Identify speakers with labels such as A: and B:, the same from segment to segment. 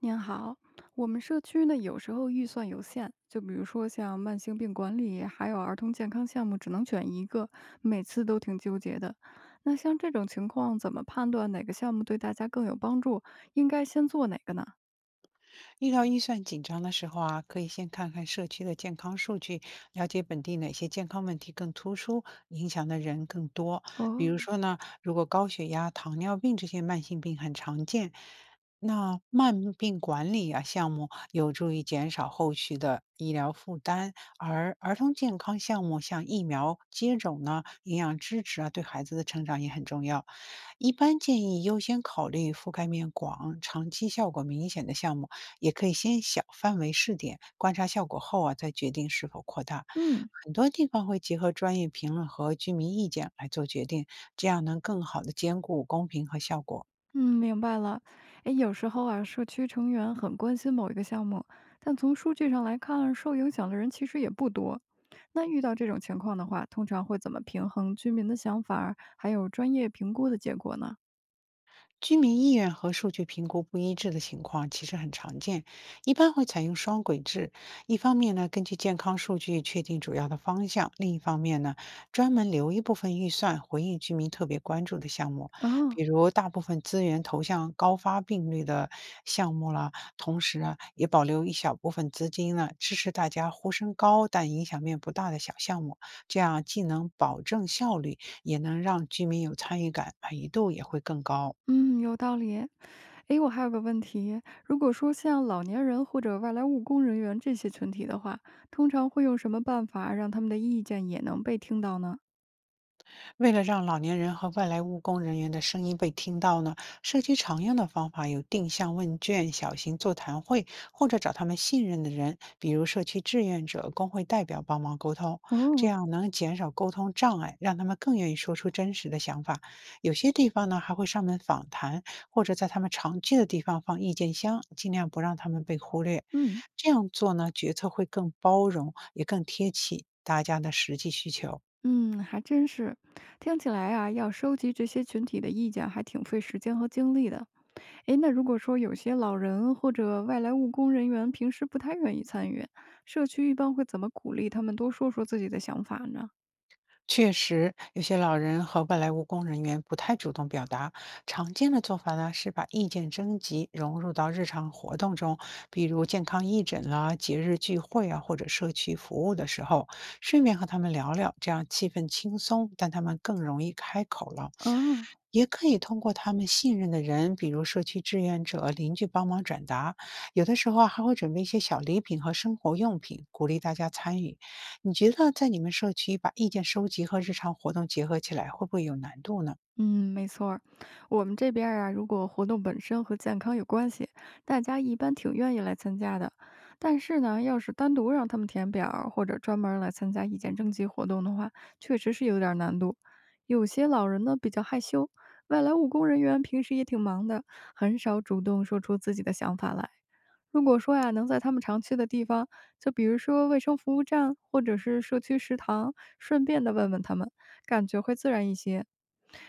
A: 您好，我们社区呢有时候预算有限，就比如说像慢性病管理，还有儿童健康项目，只能选一个，每次都挺纠结的。那像这种情况，怎么判断哪个项目对大家更有帮助？应该先做哪个呢？
B: 遇到预算紧张的时候啊，可以先看看社区的健康数据，了解本地哪些健康问题更突出，影响的人更多。比如
A: 哦，
B: 说呢，如果高血压、糖尿病这些慢性病很常见，那慢病管理啊项目有助于减少后续的医疗负担，而儿童健康项目像疫苗接种呢、营养支持啊，对孩子的成长也很重要。一般建议优先考虑覆盖面广、长期效果明显的项目，也可以先小范围试点，观察效果后啊，再决定是否扩大。
A: 嗯
B: 很多地方会结合专业评论和居民意见来做决定，这样能更好的兼顾公平和效果。
A: 嗯，明白了。诶，有时候啊，社区成员很关心某一个项目，但从数据上来看，受影响的人其实也不多。那遇到这种情况的话，通常会怎么平衡居民的想法儿还有专业评估的结果呢？
B: 居民意愿和数据评估不一致的情况其实很常见，一般会采用双轨制。一方面呢，根据健康数据确定主要的方向；另一方面呢，专门留一部分预算回应居民特别关注的项目，
A: 哦，
B: 比如大部分资源投向高发病率的项目了。同时啊，也保留一小部分资金呢，支持大家呼声高但影响面不大的小项目。这样既能保证效率，也能让居民有参与感，满意度也会更高。
A: 嗯，有道理。诶，我还有个问题，如果说像老年人或者外来务工人员这些群体的话，通常会用什么办法让他们的意见也能被听到呢？
B: 为了让老年人和外来务工人员的声音被听到呢，社区常用的方法有定向问卷、小型座谈会，或者找他们信任的人，比如社区志愿者、工会代表帮忙沟通，这
A: 哦，
B: 样能减少沟通障碍，让他们更愿意说出真实的想法。有些地方呢还会上门访谈，或者在他们常去的地方放意见箱，尽量不让他们被忽略。
A: 嗯
B: 这样做呢，决策会更包容，也更贴切大家的实际需求。
A: 嗯，还真是。听起来啊，要收集这些群体的意见还挺费时间和精力的。诶，那如果说有些老人或者外来务工人员平时不太愿意参与，社区一般会怎么鼓励他们多说说自己的想法呢？
B: 确实，有些老人和外来务工人员不太主动表达。常见的做法呢，是把意见征集融入到日常活动中，比如健康义诊啦、节日聚会啊，或者社区服务的时候，顺便和他们聊聊，这样气氛轻松，但他们更容易开口了。
A: 啊。
B: 也可以通过他们信任的人，比如社区志愿者、邻居帮忙转达，有的时候啊还会准备一些小礼品和生活用品，鼓励大家参与。你觉得在你们社区把意见收集和日常活动结合起来，会不会有难度呢？
A: 嗯，没错儿，我们这边儿啊，如果活动本身和健康有关系，大家一般挺愿意来参加的。但是呢，要是单独让他们填表儿或者专门儿来参加意见征集活动的话，确实是有点儿难度。有些老人呢比较害羞，外来务工人员平时也挺忙的，很少主动说出自己的想法来。如果说呀，能在他们常去的地方，就比如说卫生服务站或者是社区食堂，顺便的问问他们，感觉会自然一些。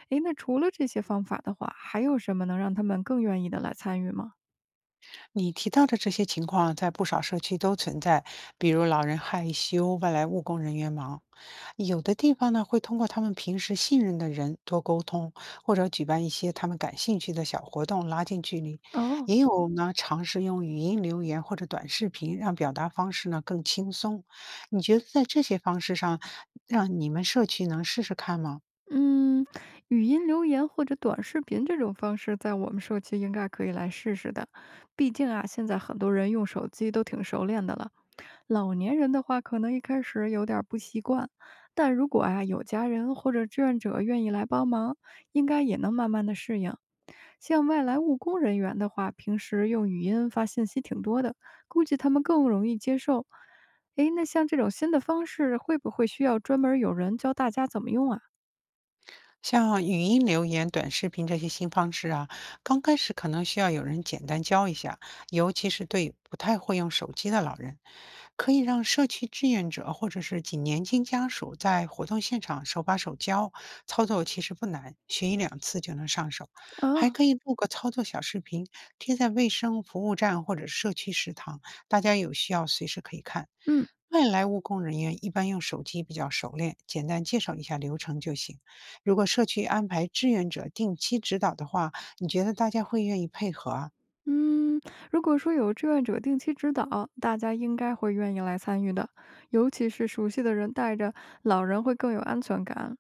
A: 诶，那除了这些方法的话，还有什么能让他们更愿意的来参与吗？
B: 你提到的这些情况在不少社区都存在，比如老人害羞、外来务工人员忙。有的地方呢，会通过他们平时信任的人多沟通，或者举办一些他们感兴趣的小活动，拉近距离。
A: 哦，
B: 也有呢，尝试用语音留言或者短视频，让表达方式呢更轻松。你觉得在这些方式上，让你们社区能试试看吗？
A: 嗯，语音留言或者短视频这种方式，在我们社区应该可以来试试的。毕竟啊，现在很多人用手机都挺熟练的了，老年人的话，可能一开始有点儿不习惯，但如果啊有家人或者志愿者愿意来帮忙，应该也能慢慢的适应。像外来务工人员的话，平时用语音发信息挺多的，估计他们更容易接受。诶，那像这种新的方式，会不会需要专门儿有人教大家怎么用啊？
B: 像语音留言、短视频这些新方式啊，刚开始可能需要有人简单教一下，尤其是对不太会用手机的老人，可以让社区志愿者或者是请年轻家属在活动现场手把手教，操作其实不难，学一两次就能上手。还
A: 啊，
B: 可以录个操作小视频，贴在卫生服务站或者社区食堂，大家有需要随时可以看。
A: 嗯。
B: 外来务工人员一般用手机比较熟练，简单介绍一下流程就行。如果社区安排志愿者定期指导的话，你觉得大家会愿意配合啊？
A: 嗯，如果说有志愿者定期指导，大家应该会愿意来参与的，尤其是熟悉的人带着，老人会更有安全感。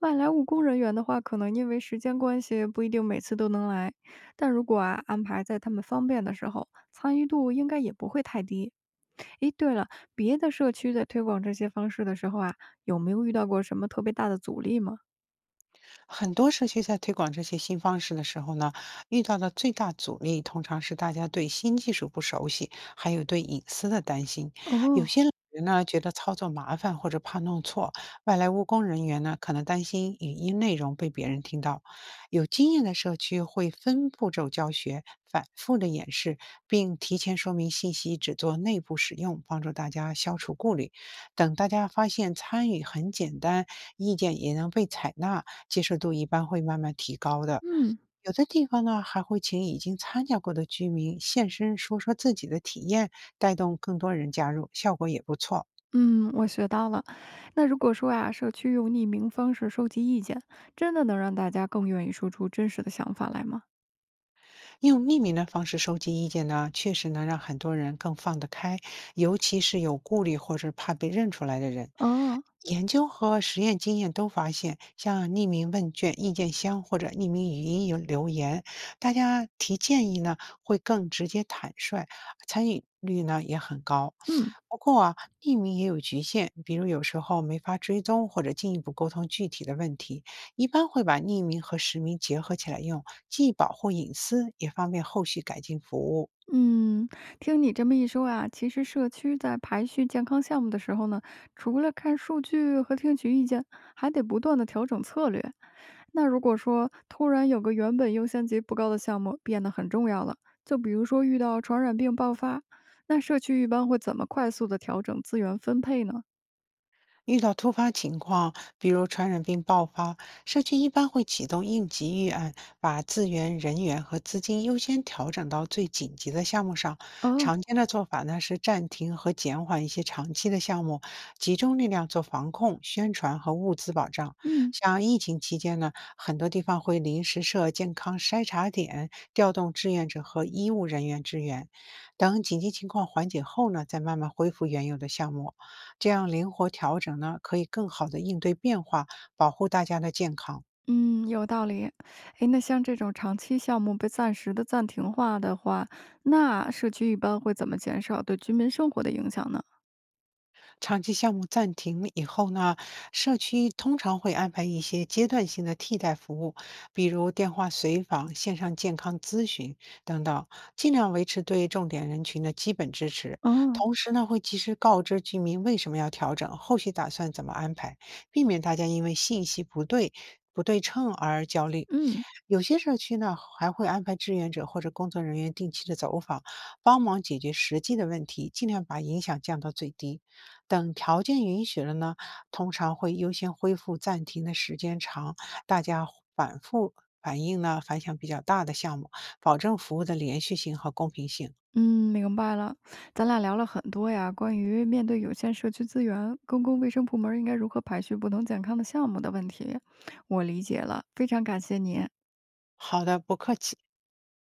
A: 外来务工人员的话，可能因为时间关系，不一定每次都能来，但如果啊安排在他们方便的时候，参与度应该也不会太低。诶，对了，别的社区在推广这些方式的时候啊，有没有遇到过什么特别大的阻力吗？
B: 很多社区在推广这些新方式的时候呢，遇到的最大阻力通常是大家对新技术不熟悉，还有对隐私的担心。有
A: 哦，
B: 些老人呢觉得操作麻烦或者怕弄错，外来务工人员呢可能担心语音内容被别人听到。有经验的社区会分步骤教学，反复的演示，并提前说明信息只做内部使用，帮助大家消除顾虑。等大家发现参与很简单，意见也能被采纳。接受度一般会慢慢提高的。
A: 嗯。
B: 有的地方呢，还会请已经参加过的居民现身说说自己的体验，带动更多人加入，效果也不错。
A: 嗯，我学到了。那如果说呀，社区用匿名方式收集意见，真的能让大家更愿意说出真实的想法来吗？
B: 用匿名的方式收集意见呢，确实能让很多人更放得开，尤其是有顾虑或者怕被认出来的人。
A: 哦，
B: 研究和实验经验都发现，像匿名问卷、意见箱或者匿名语音有留言，大家提建议呢会更直接坦率，参与率呢也很高。
A: 嗯
B: 不过啊，匿名也有局限，比如有时候没法追踪或者进一步沟通具体的问题，一般会把匿名和实名结合起来用。既保护隐私，也方便后续改进服务。
A: 嗯，听你这么一说啊，其实社区在排序健康项目的时候呢，除了看数据和听取意见，还得不断的调整策略。那如果说突然有个原本优先级不高的项目变得很重要了，就比如说遇到传染病爆发，那社区一般会怎么快速的调整资源分配呢？
B: 遇到突发情况，比如传染病爆发，社区一般会启动应急预案，把资源、人员和资金优先调整到最紧急的项目上。
A: 哦，
B: 常见的做法呢是暂停和减缓一些长期的项目，集中力量做防控、宣传和物资保障。
A: 嗯。
B: 像疫情期间呢，很多地方会临时设健康筛查点，调动志愿者和医务人员支援。等紧急情况缓解后呢，再慢慢恢复原有的项目。这样灵活调整呢，可以更好的应对变化，保护大家的健康。
A: 嗯，有道理。诶，那像这种长期项目被暂时的暂停化的话，那社区一般会怎么减少对居民生活的影响呢？
B: 长期项目暂停以后呢，社区通常会安排一些阶段性的替代服务，比如电话随访、线上健康咨询等等，尽量维持对重点人群的基本支持。
A: 哦，
B: 同时呢，会及时告知居民为什么要调整，后续打算怎么安排，避免大家因为信息不对称而焦虑，
A: 嗯
B: 有些社区呢还会安排志愿者或者工作人员定期的走访，帮忙解决实际的问题，尽量把影响降到最低。等条件允许了呢，通常会优先恢复暂停的时间长，大家反复反映呢反响比较大的项目，保证服务的连续性和公平性。
A: 嗯，明白了。咱俩聊了很多呀，关于面对有限社区资源，公共卫生部门应该如何排序不同健康的项目的问题，我理解了，非常感谢您。
B: 好的，不客气。